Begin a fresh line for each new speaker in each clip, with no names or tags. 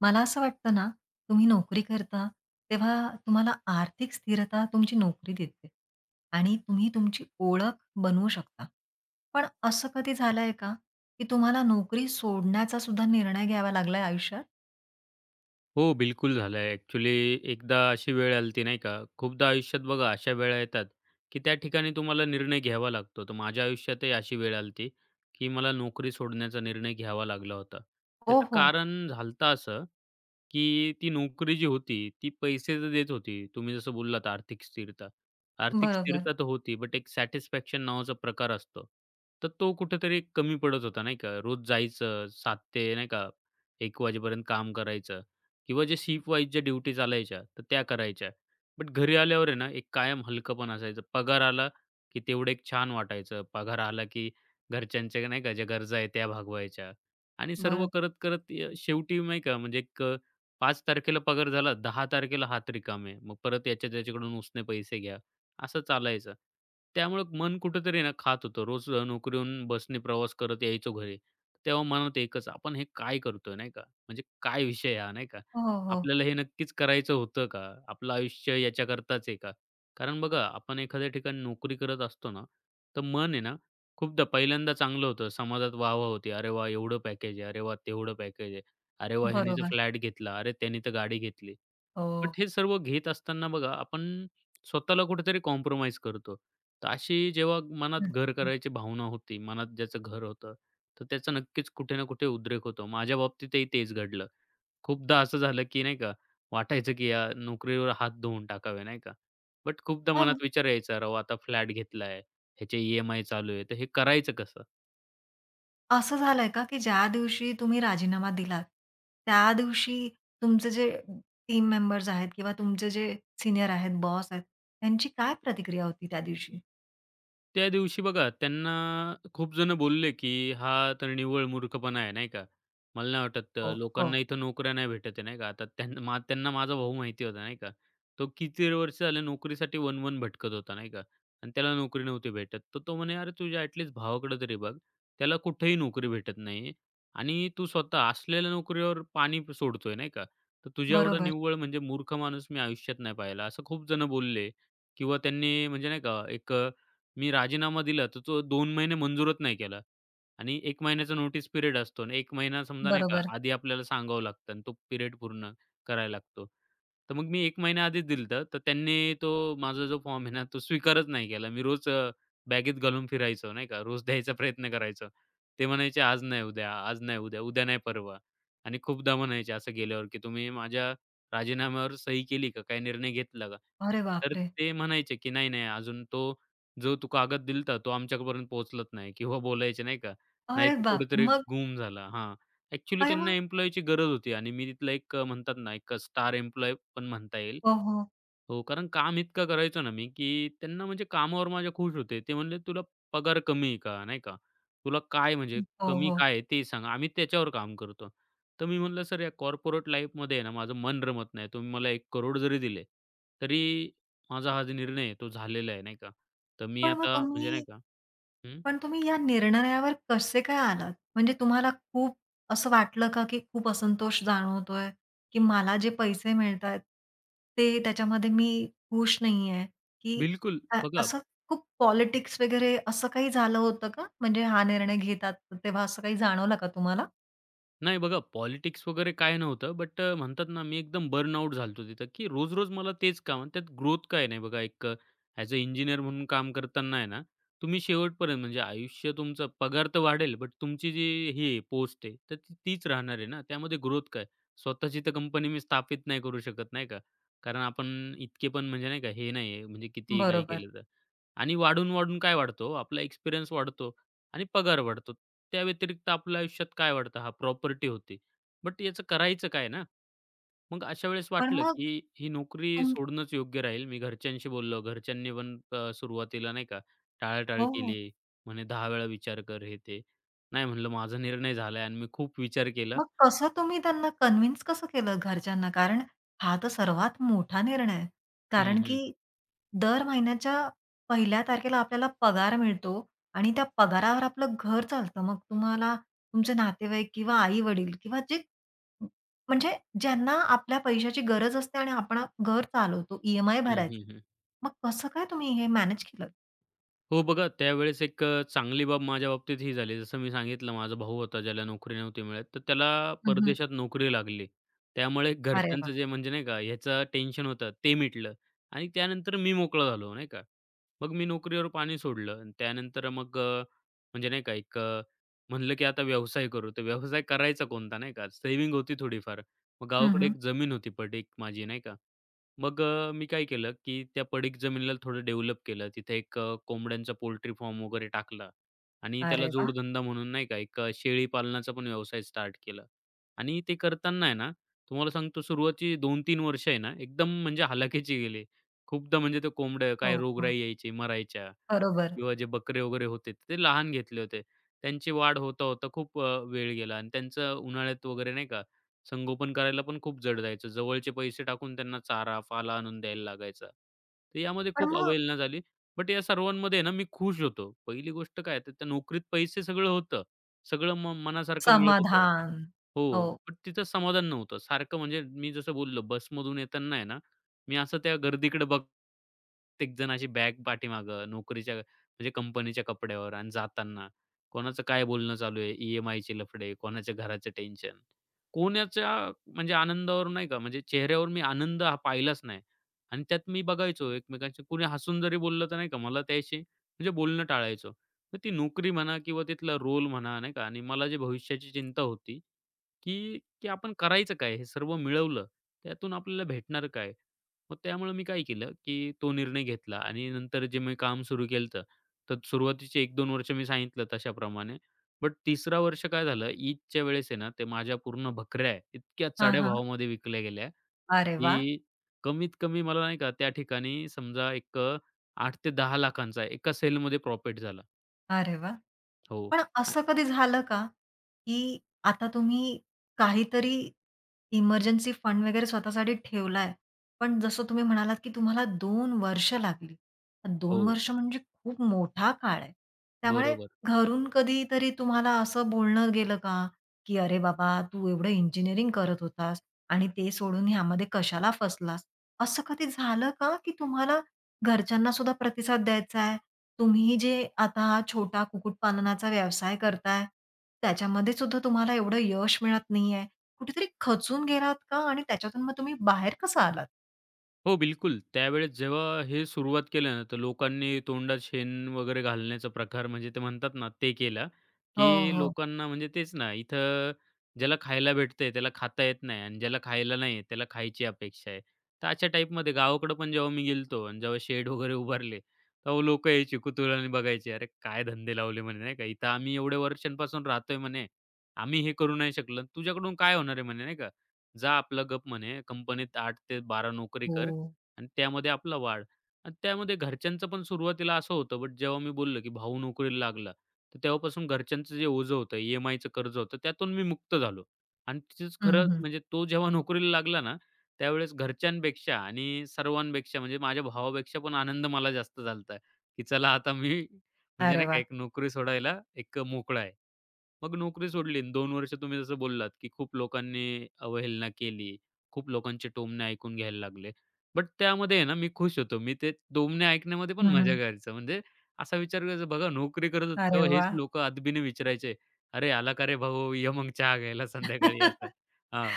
मला असं वाटतं ना, तुम्ही नोकरी करता, तेव्हा तुम्हाला आर्थिक स्थिरता तुमची नोकरी देते आणि तुम्ही तुमची ओळख बनवू शकता. पण असं कधी झालंय का, की तुम्हाला नोकरी सोडण्याचा सुद्धा निर्णय घ्यावा लागलाय आयुष्यात?
हो, बिलकुल झालंय. ॲक्चुअली एकदा अशी वेळ आली होती नाही का, खूपदा आयुष्यात बघा अशा वेळा येतात, की त्या ठिकाणी तुम्हाला निर्णय घ्यावा लागतो. तर माझ्या आयुष्यातही अशी वेळ आली की मला नोकरी सोडण्याचा निर्णय घ्यावा लागला होता.
हो,
त्याचं
हो.
कारण झालं होतं असं, की ती नोकरी जी होती, ती पैसे तर देत होती. तुम्ही जसं बोललात आर्थिक स्थिरता. आर्थिक
बरोबर,
स्थिरता तर होती, बट एक सॅटिस्फॅक्शन नावाचा प्रकार असतो. तर तो कुठेतरी कमी पडत होता नाही का. रोज जायचं 7 ते नाही का 1 वाजेपर्यंत काम करायचं. किंवा जे शिफ्ट वाईज ज्या ड्युटी चालायच्या, तर त्या करायच्या. बट घरी आल्यावर आहे ना, एक कायम हलकंपण असायचं. पगार आला, की तेवढं एक छान वाटायचं. पगार आला, की घरच्यांच्या नाही का ज्या गरजा आहेत त्या भागवायच्या आणि सर्व
बरोबर.
करत, करत शेवटी नाही का म्हणजे 5 तारखेला पगार झाला, 10 तारखेला हात रिकामे. मग परत याच्या त्याच्याकडून उसने पैसे घ्या, असं चालायचं. त्यामुळं मन कुठेतरी ना खात होतं. रोज नोकरीहून बसने प्रवास करत यायचो घरी. तेव्हा मनात एकच, आपण हे काय करतोय नाही का? म्हणजे काय विषय हा नाही का?
हो, हो.
आपल्याला हे नक्कीच करायचं होतं का? आपलं आयुष्य याच्याकरताच आहे का? कारण बघा, आपण एखाद्या ठिकाणी नोकरी करत असतो ना, तर मन आहे ना, खूपदा पहिल्यांदा चांगलं होतं. समाजात वाह होती. "अरे वा एवढं पॅकेज आहे. अरे वाह! तेवढं पॅकेज आहे. अरे वाह! ह्यानी तर
बरोबर.
फ्लॅट घेतला. अरे त्यानी तर गाडी घेतली." बट
हो.
हे सर्व घेत असताना बघा, आपण स्वतःला कुठेतरी कॉम्प्रोमाईज करतो. तर अशी जेव्हा मनात
हं,
घर करायची भावना होती, मनात ज्याचं घर होतं, तर त्याचा नक्कीच कुठे ना कुठे उद्रेक होतो. माझ्या बाबतीतही तेच घडलं. खूपदा असं झालं, की नाही का वाटायचं, की या नोकरीवर हात धुवून टाकावे, नाही का? बट खूपदा
मग
मनात विचार यायचा, "राव, आता फ्लॅट घेतलाय, ह्याचे ई-एम-आय चालू आहे, तर हे करायचं कसं?"
असं झालंय का, की ज्या दिवशी तुम्ही राजीनामा दिलात, त्या दिवशी तुमचे जे टीम मेंबर्स आहेत किंवा तुमचे जे सीनियर आहेत, बॉस आहेत, त्यांची काय प्रतिक्रिया होती त्या दिवशी?
त्या दिवशी बघा त्यांना खूप जण बोलले, की "हा तर निव्वळ मूर्खपणा आहे." नाही का. मला नाही वाटत
हो, हो.
लोकांना इथं नोकऱ्या नाही भेटत आहे नाही का. आता त्यांना माझा भाऊ माहिती होता नाही का. तो किती वर्ष झाले नोकरीसाठी वन-वन भटकत होता नाही का आणि त्याला नोकरी नव्हती भेटत. तर तो म्हणे, "अरे तुझ्या ॲटलीस्ट भावाकडे तरी बघ. त्याला कुठेही नोकरी भेटत नाही आणि तू स्वतः असलेल्या नोकरीवर पाणी सोडतोय नाही का. तर तुझ्या एवढा
बरोबर.
निव्वळ म्हणजे मूर्ख माणूस मी आयुष्यात नाही पाहिला." असं खूप जण बोलले किंवा त्यांनी म्हणजे नाही का एक मी राजीनामा दिला, तर तो दोन महिने मंजूरच नाही केला आणि 1 महिन्याचा नोटीस पिरियड असतो आणि एक महिना समजा नाही का,
बरोबर.
आधी आपल्याला सांगावं लागतं आणि तो पिरियड पूर्ण करायला लागतो. तर मग मी एक महिना आधीच दिलं तर त्यांनी तो माझा जो फॉर्म आहे ना, तो स्वीकारच नाही केला. मी रोज बॅगेत घालून फिरायचो नाही का, रोज द्यायचा प्रयत्न करायचो. ते म्हणायचे, "आज नाही उद्या, आज नाही उद्या, उद्या नाही परवा." आणि खूपदा म्हणायचे असं गेल्यावर, की "तुम्ही माझ्या राजीनाम्यावर सही केली का? काही निर्णय घेतला का?"
अरे
तर
बापरे!
ते म्हणायचे, की "नाही, नाही, अजून तो जो तू कागद दिलता तो आमच्यापर्यंत पोहोचलत नाही किंवा बोलायचे नाही का, नाही
अरे
तर
बापरे!
कुठेतरी
मग
गुम झाला. हां, ॲक्चुअली
अरे
त्यांना
मग
एम्प्लॉयीची गरज होती आणि मी तिथला म्हणतात ना, एक स्टार एम्प्लॉयी पण म्हणता येईल.
हो, हो.
हो, कारण काम इतकं करायचो ना मी, की त्यांना म्हणजे कामावर माझ्या खुश होते. ते म्हणले, "तुला पगार कमी आहे का? नाही का? तुला काय म्हणजे
हो,
कमी
हो.
काय आहे ते सांग. आम्ही त्याच्यावर काम करतो." तर मी म्हटलं, "सर, या कॉर्पोरेट लाईफमध्ये ना माझं मन रमत नाही. तुम्ही मला 1 करोड जरी दिले, तरी माझा हा जो निर्णय आहे तो झालेला आहे." नाही का? तर मी
पण मग
आता म्हणजे नाही
तुम्ही
का हं,
पण तुम्ही या निर्णयावर कसे काय आलात? म्हणजे तुम्हाला खूप असं वाटलं का, की खूप असंतोष जाणवतोय, की मला जे पैसे मिळतायत, ते त्याच्यामध्ये मी खुश नाहीये, की
बिलकुल. बघा
असं खूप पॉलिटिक्स वगैरे असं काही झालं होतं का? म्हणजे हा निर्णय घेतात तेव्हा असं काही जाणवलं का तुम्हाला?
नाही बघा, पॉलिटिक्स वगैरे काय नव्हतं. बट म्हणतात ना, मी एकदम बर्नआउट झालो होतो तिथं, की रोज-रोज मला तेच काम आणि त्यात ग्रोथ काय नाही बघा. ॲज अ इंजिनिअर म्हणून काम करताना आहे ना, तुम्ही शेवटपर्यंत म्हणजे आयुष्य तुमचं पगार तर वाढेल, बट तुमची जी ही पोस्ट आहे, तर ती तीच राहणार आहे ना. त्यामध्ये ग्रोथ काय? स्वतःची तर कंपनी मी स्थापित नाही करू शकत, नाही का. कारण आपण इतके पण म्हणजे नाही का, हे नाही आहे, म्हणजे कितीही काही
बरोबर.
केलं तर. आणि वाढून-वाढून काय वाढतो हो? आपला एक्सपिरियन्स वाढतो आणि पगार वाढतो. त्या व्यतिरिक्त आपल्या आयुष्यात काय वाढतं? हां, प्रॉपर्टी होती बट याचं करायचं काय ना? मग अशा वेळेस
पण
वाटलं,
मग
की ही नोकरी
तुम
सोडणंच योग्य राहील. मी घरच्यांशी बोललो. घरच्यांनी पण सुरुवातीला नाही का टाळाटाळ
हो.
केली. म्हणे, "10 वेळा विचार कर." हे ते. नाही म्हणलं, "माझा निर्णय झालाय आणि मी खूप विचार केला."
मग कसं तुम्ही त्यांना कन्व्हिन्स कसं केलं घरच्यांना? कारण हा तर सर्वात मोठा निर्णय आहे.
हं,
कारण की
हं.
दर महिन्याच्या 1ल्या तारखेला आपल्याला पगार मिळतो आणि त्या पगारावर आपलं घर चालतं. मग तुम्हाला तुमचे नातेवाईक किंवा आई-वडील किंवा जे म्हणजे ज्यांना आपल्या पैशाची गरज असते आणि आपण घर चालवतो, ई
हं,
भरायचे.
हं, हं.
मग कसं काय तुम्ही हे मॅनेज केलं?
हो बघा, त्यावेळेस चांगली बाब माझ्या बाबतीत ही झाली. जसं मी सांगितलं माझा भाऊ होता ज्याला नोकरी नव्हती मिळत, तर त्याला
हं,
परदेशात नोकरी लागली. त्यामुळे
अरे वाह!
घरच्यांचं जे म्हणजे नाही का ह्याचं टेन्शन होतं ते मिटलं आणि त्यानंतर मी मोकळा झालो नाही का. मग मी नोकरीवर पाणी सोडलं आणि त्यानंतर म्हणजे नाही का म्हणलं की आता व्यवसाय करू. तर व्यवसाय करायचा कोणता नाही का सेव्हिंग होती थोडीफार. मग गावाकडे
हं,
एक जमीन होती पडीक माझी नाही का. मी काय केलं, की त्या पडीक जमिनीला थोडं डेव्हलप केलं. तिथे कोंबड्यांचा पोल्ट्री फार्म वगैरे टाकला आणि त्याला
अरे वाह!
जोडधंदा म्हणून नाही का शेळी पालनाचा पण व्यवसाय स्टार्ट केला आणि ते करताना आहे ना, तुम्हाला सांगतो सुरुवातीची 2-3 वर्ष आहे ना, एकदम म्हणजे हलाखीची गेली. खूपदा म्हणजे ते कोंबड्या
हो,
काय
हो.
रोगराई यायची, मरायच्या.
बरोबर.
किंवा जे बकरे वगैरे होते, ते लहान घेतले होते. त्यांची वाढ होता-होता खूप वेळ गेला आणि त्यांचं उन्हाळ्यात वगैरे नाही का, संगोपन करायला पण खूप जड जायचं. जवळचे पैसे टाकून त्यांना चारा, पाला आणून द्यायला लागायचा. तर यामध्ये
पण
खूप
मग
अवहेलना झाली. बट या सर्वांमध्ये ना मी खुश होतो. पहिली गोष्ट काय, तर त्या नोकरीत पैसे सगळं होतं. सगळं मनासारखं मिळत होतं.
समाधान.
हो.
हो.
पण तिथं समाधान नव्हतं. सारखं म्हणजे मी जसं बोललो बसमधून येताना आहे ना, मी असं त्या गर्दीकडे बघ प्रत्येक जण अशी बॅग पाठीमागं, नोकरीच्या म्हणजे कंपनीच्या कपड्यावर आणि जाताना. कोणाचं काय बोलणं चालू आहे, ई-एम-आयचे लफडे, कोणाच्या घराचं टेन्शन. कोणाच्या म्हणजे आनंदावर नाही का, म्हणजे चेहऱ्यावर मी आनंद हा पाहिलाच नाही. आणि त्यात मी बघायचो एकमेकांशी कुणी हसून जरी बोललं तर नाही का, मला त्याशी म्हणजे बोलणं टाळायचो. मग ती नोकरी म्हणा किंवा तिथला रोल म्हणा नाही का आणि मला जी भविष्याची चिंता होती की की आपण करायचं काय? हे सर्व मिळवलं, त्यातून आपल्याला भेटणार काय? मग त्यामुळे मी काय केलं, की तो निर्णय घेतला आणि नंतर जे मी काम सुरू केलं होतं, तर सुरुवातीचे एक दोन वर्ष मी सांगितलं तशाप्रमाणे. बट 3रा वर्ष काय झालं, ईदच्या वेळेस आहे ना, ते माझ्या पूर्ण बकऱ्या आहे, इतक्या
हां,
चढ्या
हां.
भावामध्ये विकल्या गेल्या,
अरे वाह!
की कमीत कमी मला नाही का त्या ठिकाणी समजा 8 ते 10 लाखांचा एका सेलमध्ये प्रॉफिट झाला.
अरे वाह!
हो.
पण
आ
असं कधी झालं का, की आता तुम्ही काहीतरी इमर्जन्सी फंड वगैरे स्वतःसाठी ठेवलाय. पण जसं तुम्ही म्हणालात, की तुम्हाला दोन वर्ष लागली.
हो.
2 वर्ष म्हणजे खूप मोठा काळ आहे. त्यामुळे
बरोबर.
घरून कधीतरी तुम्हाला असं बोलणं गेलं का, की "अरे बाबा, तू एवढं इंजिनिअरिंग करत होतास आणि ते सोडून ह्यामध्ये कशाला फसलास?" असं कधी झालं का, की तुम्हाला घरच्यांना सुद्धा प्रतिसाद द्यायचा आहे. तुम्ही जे आता हा छोटा कुक्कुटपालनाचा व्यवसाय करताय, त्याच्यामध्ये सुद्धा तुम्हाला एवढं यश मिळत नाहीये. कुठेतरी खचून गेलात का? आणि त्याच्यातून मग तुम्ही बाहेर कसं आलात?
हो, बिलकुल. त्यावेळेस जेव्हा हे सुरुवात केलं ना, तर लोकांनी तोंडात शेण वगैरे घालण्याचा प्रकार म्हणजे ते म्हणतात ना, ते केला,
हो,
की
हो,
लोकांना म्हणजे तेच ना, इथं ज्याला खायला भेटतंय त्याला खाता येत नाही आणि ज्याला खायला नाही येत त्याला खायची अपेक्षा आहे. तर अशा टाईपमध्ये गावाकडं पण जेव्हा मी गेलो आणि जेव्हा शेड वगैरे उभारले, तेव्हा लोकं यायची कुतूहलाने बघायची. "अरे, काय धंदे लावले?" म्हणे नाही का. "इथं आम्ही एवढ्या वर्षांपासून राहतोय" म्हणे. "आम्ही हे करू नाही शकलो. तुझ्याकडून काय होणार आहे?" म्हणे नाही का. "जा आपला गप" म्हणे, "कंपनीत 8 ते 12 नोकरी कर."
हो.
आणि त्यामध्ये आपला वाढ आणि त्यामध्ये घरच्यांचं पण सुरुवातीला असं होतं, बट जेव्हा मी बोललो, की भाऊ नोकरीला लागला, तर तेव्हापासून घरच्यांचं जे ओझं होतं, ई-एम-आयचं कर्ज होतं, त्यातून मी मुक्त झालो. आणि तिथेच
हं,
खरं
हं.
म्हणजे तो जेव्हा नोकरीला लागला ना, त्यावेळेस घरच्यांपेक्षा आणि सर्वांपेक्षा म्हणजे माझ्या भावापेक्षा पण आनंद मला जास्त झाला की चला आता मी म्हणजे
अरे
नाही का
वाह!
एक नोकरी सोडायला एक मोकळा आहे. मग नोकरी सोडली आणि 2 वर्ष तुम्ही जसं बोललात, की खूप लोकांनी अवहेलना केली. खूप लोकांचे टोमणे ऐकून घ्यायला लागले. बट त्यामध्ये आहे ना मी खुश होतो. मी ते टोमणे ऐकण्यामध्ये पण
हं,
मजा
हं.
करायचो. म्हणजे असा विचार करायचा बघा नोकरी करत होतो
अरे
तेव्हा हेच
वाह!
लोकं अदबीने विचारायचे, "अरे आला का रे भाऊ? ये मग चहा घ्यायला संध्याकाळी." असं. हां.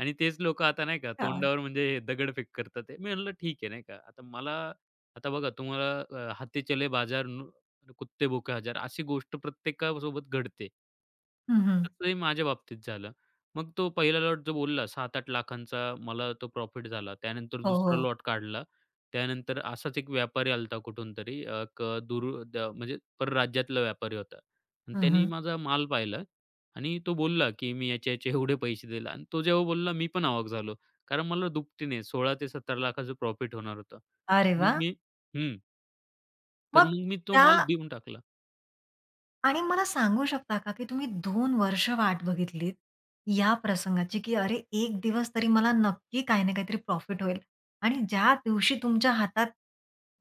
आणि तेच लोकं आता नाही का
छान.
तोंडावर म्हणजे दगडफेक करतात आहे. मी म्हटलं ठीक आहे नाही का. आता मला आता बघा तुम्हाला "हाथी चले बाजार, नु कुत्ते भुके हजार" अशी गोष्ट प्रत्येकासोबत घडते.
हं, हं.
तसंही माझ्या बाबतीत झालं. मग तो पहिला लॉट जो बोलला 7-8 लाखांचा मला तो प्रॉफिट झाला. त्यानंतर
हो,
दुसरा
हो.
लॉट काढला. त्यानंतर असाच एक व्यापारी आला होता कुठून तरी अ, क दूर म्हणजे परराज्यातला व्यापारी होता आणि
हं,
त्यांनी
हं.
माझा माल पाहिला आणि तो बोलला, की "मी याचे, याचे एवढे पैसे दिले" आणि तो जेव्हा बोलला मी पण अवाक झालो. कारण मला दुपटीने 16 ते 17 लाखाचं प्रॉफिट होणार होतं.
अरे
मग
वाह!
मी हं. तर
मग
मग मी तो
त्या
माल देऊन टाकला.
आणि मला सांगू शकता का, की तुम्ही दोन वर्ष वाट बघितलीत या प्रसंगाची, की अरे, एक दिवस तरी मला नक्की काही ना काहीतरी प्रॉफिट होईल आणि ज्या दिवशी तुमच्या हातात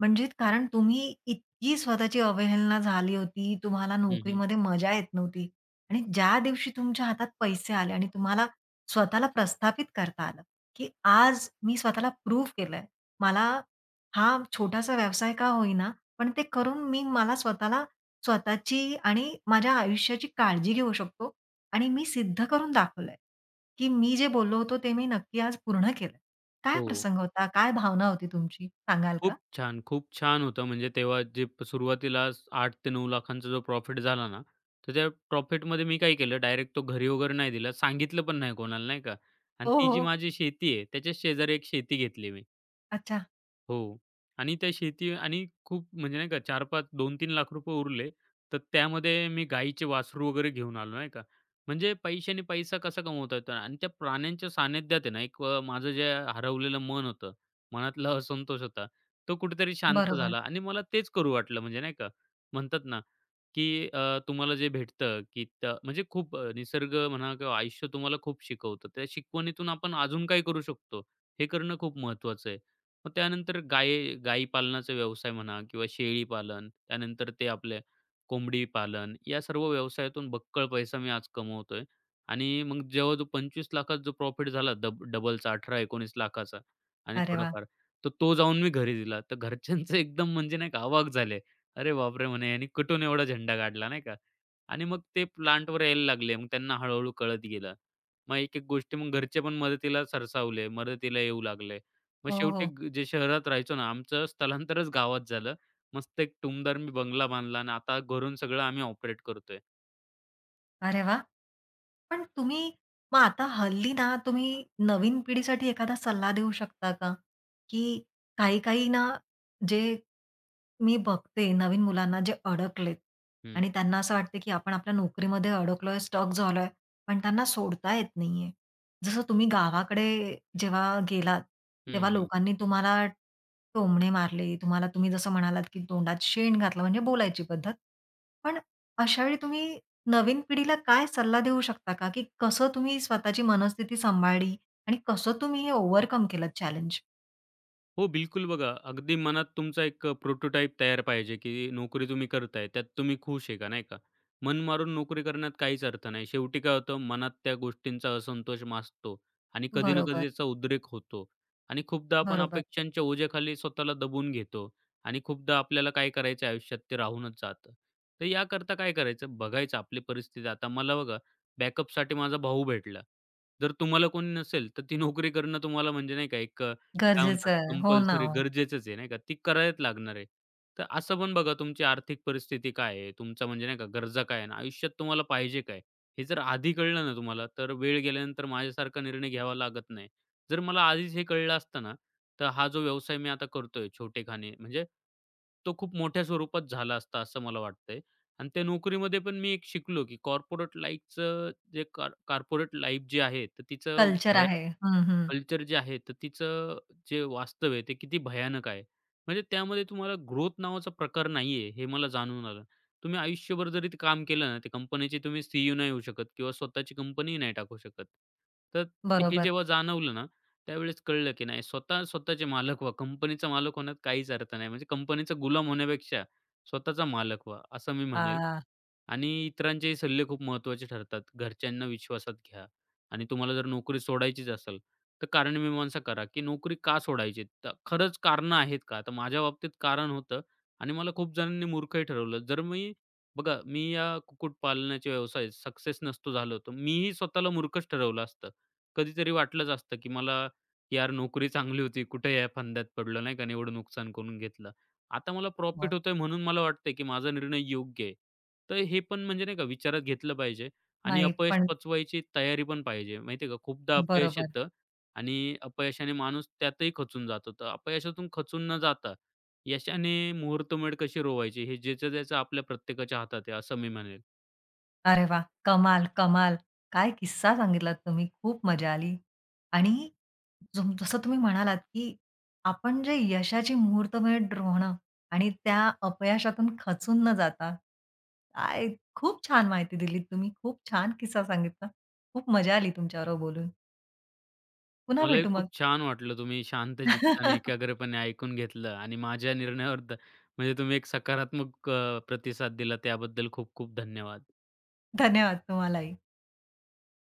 म्हणजे कारण तुम्ही इतकी स्वतःची अवहेलना झाली होती, तुम्हाला
हं, हं.
नोकरीमध्ये मजा येत नव्हती आणि ज्या दिवशी तुमच्या हातात पैसे आले आणि तुम्हाला स्वतःला प्रस्थापित करता आलं, की आज मी स्वतःला प्रूव्ह केलंय. मला हा छोटासा व्यवसाय का होईना, पण ते करून मी मला स्वतःला स्वतःची आणि माझ्या आयुष्याची काळजी घेऊ शकतो आणि मी सिद्ध करून दाखवलंय, की मी जे बोललो होतो ते मी नक्की आज पूर्ण केलं. काय
हो.
प्रसंग होता? काय भावना होती तुमची? सांगाल का?
खूप छान, खूप छान होतं. म्हणजे तेव्हा जे प सुरुवातीला 8 ते 9 लाखांचा जो प्रॉफिट झाला ना, तर त्या प्रॉफिटमध्ये मी काय केलं, डायरेक्ट तो घरी वगैरे नाही दिला. सांगितलं पण नाही कोणाला, नाही का. आणि
हो,
ती जी
हो.
माझी शेती आहे, त्याच्या शेजारी एक शेती घेतली मी.
अच्छा.
हो. आणि त्या शेती आणि खूप म्हणजे नाही का 4-5 ₹2-3 लाख रुपये उरले. तर त्यामध्ये मी गाईचे वासरू वगैरे घेऊन आलो नाही का. म्हणजे पैशाने पैसा कसा कमवता येतो आणि त्या प्राण्यांच्या सानिध्यात आहे ना एक माझं जे हरवलेलं मन होतं, मनातला असंतोष होता, तो कुठेतरी शांत
बरोबर.
झाला आणि मला तेच करू वाटलं म्हणजे नाही का. म्हणतात ना, की तुम्हाला जे भेटतं की म्हणजे खूप निसर्ग म्हणा किंवा आयुष्य तुम्हाला खूप शिकवतं. त्या शिकवणीतून आपण अजून काय करू शकतो, हे करणं खूप महत्त्वाचं आहे. मग त्यानंतर गायी पालनाचा व्यवसाय म्हणा किंवा शेळी पालन, त्यानंतर ते आपले कोंबडी पालन, या सर्व व्यवसायातून बक्कळ पैसा मी आज कमवतोय आणि मग जेव्हा जो 25,लाख जो प्रॉफिट झाला डबलचा 18,लाख-19,लाख आणि
अरे वाह!
थोडाफार, तर तो जाऊन मी घरी दिला. तर घरच्यांचं एकदम म्हणजे नाही का अवाक झाले. अरे बापरे! म्हणे ह्यानी कुठून एवढा झेंडा काढला, नाही का? आणि मग ते प्लांटवर यायला लागले. मग त्यांना हळू-हळू कळत गेलं. मग एक-एक गोष्टी मग घरचे पण मदतीला सरसावले, मदतीला येऊ लागले. मग
हो,
शेवटी
हो.
जे शहरात राहायचो ना, आमचं स्थलांतरच गावात झालं. मस्त एक टुमदार मी बंगला बांधला आणि आता घरून सगळं आम्ही ऑपरेट करतोय.
अरे वाह! पण तुम्ही मग आता हल्ली ना, तुम्ही नवीन पिढीसाठी एखादा सल्ला देऊ शकता का? की काही-काही ना, जे मी बघते नवीन मुलांना जे अडकलेत
हं,
आणि त्यांना असं वाटतं, की आपण आपल्या नोकरीमध्ये अडकलोय, स्टक झालोय, पण त्यांना सोडता येत नाहीये. जसं तुम्ही गावाकडे जेव्हा गेलात,
हं,
तेव्हा
हं.
लोकांनी तुम्हाला टोमणे मारले, तुम्हाला तुम्ही जसं म्हणालात, की तोंडात शेण घातलं म्हणजे बोलायची पद्धत. पण अशावेळी तुम्ही नवीन पिढीला काय सल्ला देऊ शकता का, की कसं तुम्ही स्वतःची मनस्थिती सांभाळली आणि कसं तुम्ही हे ओव्हरकम केलं चॅलेंज?
हो, बिलकुल बघा. अगदी मनात तुमचा एक प्रोटोटाइप तयार पाहिजे, की नोकरी तुम्ही करताय, त्यात तुम्ही खुश आहे का, नाही का? मन मारून नोकरी करण्यात काहीच अर्थ नाही. शेवटी काय होतं, मनात त्या गोष्टींचा असंतोष माजतो आणि कधी ना कधी
बरोबर,
त्याचा उद्रेक होतो. आणि खूपदा आपण
बरोबर.
अपेक्षांच्या ओझ्याखाली स्वतःला दबून घेतो आणि खूपदा आपल्याला काय करायचं आयुष्यात ते राहूनच जातं. तर याकरता काय करायचं, बघायचं आपली परिस्थिती. आता मला बघा, बॅकअपसाठी माझा भाऊ भेटला. जर तुम्हाला कोणी नसेल, तर ती नोकरी करणं तुम्हाला म्हणजे नाही का एक काय
गरजेचं
म्हणतात
आहे. हो ना
कंपल्सरी
हो.
गरजेचंच आहे नाही का, ती करायलाच लागणार आहे. तर असं पण बघा तुमची आर्थिक परिस्थिती काय आहे? तुमचा म्हणजे नाही का गरजा काय आहे आणि आयुष्यात तुम्हाला पाहिजे काय? हे जर आधी कळलं ना तुम्हाला, तर वेळ गेल्यानंतर माझ्यासारखा निर्णय घ्यावा लागत नाही. जर मला आधीच हे कळलं असतं ना, तर हा जो व्यवसाय मी आता करतोय छोटेखानी म्हणजे तो खूप मोठ्या स्वरूपात झाला असता असं मला वाटतंय. आणि त्या नोकरीमध्ये पण मी एक शिकलो, की कॉर्पोरेट लाईफ जी आहे, तर
कल्चर आहे. हं, हं.
कल्चर जे आहे, तर तिचं जे वास्तव आहे, ते किती भयानक आहे. म्हणजे त्यामध्ये तुम्हाला ग्रोथ नावाचा प्रकार नाहीये, हे मला जाणून आलं. तुम्ही आयुष्यभर जरी ते काम केलं ना, ते कंपनीचे तुम्ही सीईओ नाही होऊ शकत किंवा स्वतःची कंपनीही नाही टाकू शकत. तर ते हे
बरोबर.
जेव्हा जाणवलं ना, त्यावेळेस कळलं की नाही स्वतःचे मालक व्हा. कंपनीचा मालक होण्यात काहीच अर्थ नाही. म्हणजे कंपनीचा गुलाम होण्यापेक्षा स्वतःचा मालक व्हा, असं मी म्हणेल.
आ,
आणि इतरांचे सल्ले खूप महत्त्वाचे ठरतात. घरच्यांना विश्वासात घ्या आणि तुम्हाला जर नोकरी सोडायचीच असेल, तर कारणमीमांसा करा, की नोकरी का सोडायची? तर खरंच कारणं आहेत का? तर माझ्या बाबतीत कारण होतं आणि मला खूप जणांनी मूर्खही ठरवलं. जर मी बघा, मी या कुक्कुटपालनाच्या व्यवसायात सक्सेस नसतो झालो, तर मीही स्वतःला मूर्खच ठरवलं असतं. कधीतरी वाटलंच असतं, की मला यार नोकरी चांगली होती, कुठे या फंद्यात पडलो नाही का आणि एवढं नुकसान करून घेतलं. आता मला
हो.
प्रॉफिट होतंय म्हणून मला वाटतंय, की माझा निर्णय योग्य आहे. तर हे पण म्हणजे नाही का विचारात घेतलं पाहिजे आणि
नाही
अपयश
पण
पचवायची तयारी पण पाहिजे. माहिती आहे का, खूपदा अपयश
बरोबर.
येतं आणि अपयशाने माणूस त्यातही खचून जातो. तर अपयशातून खचून न जाता यशाने मुहूर्तमेढ कशी रोवायची हे ज्याचं-त्याचं आपल्या प्रत्येकाच्या हातात आहे, असं मी म्हणेल.
अरे वा, कमाल, कमाल. काय किस्सा सांगितलात तुम्ही. खूप मजा आली. आणि जसं तुम्ही म्हणालात, की आपण जे यशाची मुहूर्तमेढ रोवणं आणि त्या अपयशातून खचून न जाता, काय खूप छान माहिती दिलीत तुम्ही. खूप छान किस्सा सांगितला. खूप मजा आली तुमच्याबरोबर बोलून. पुन्हा
मलाही
भेटू मग.
खूप छान वाटलं तुम्ही शांत चित्ताने, एकाग्रपणे ऐकून घेतलं आणि माझ्या निर्णयावर म्हणजे तुम्ही एक सकारात्मक प्रतिसाद दिला त्याबद्दल खूप खूप धन्यवाद.
धन्यवाद तुम्हालाही.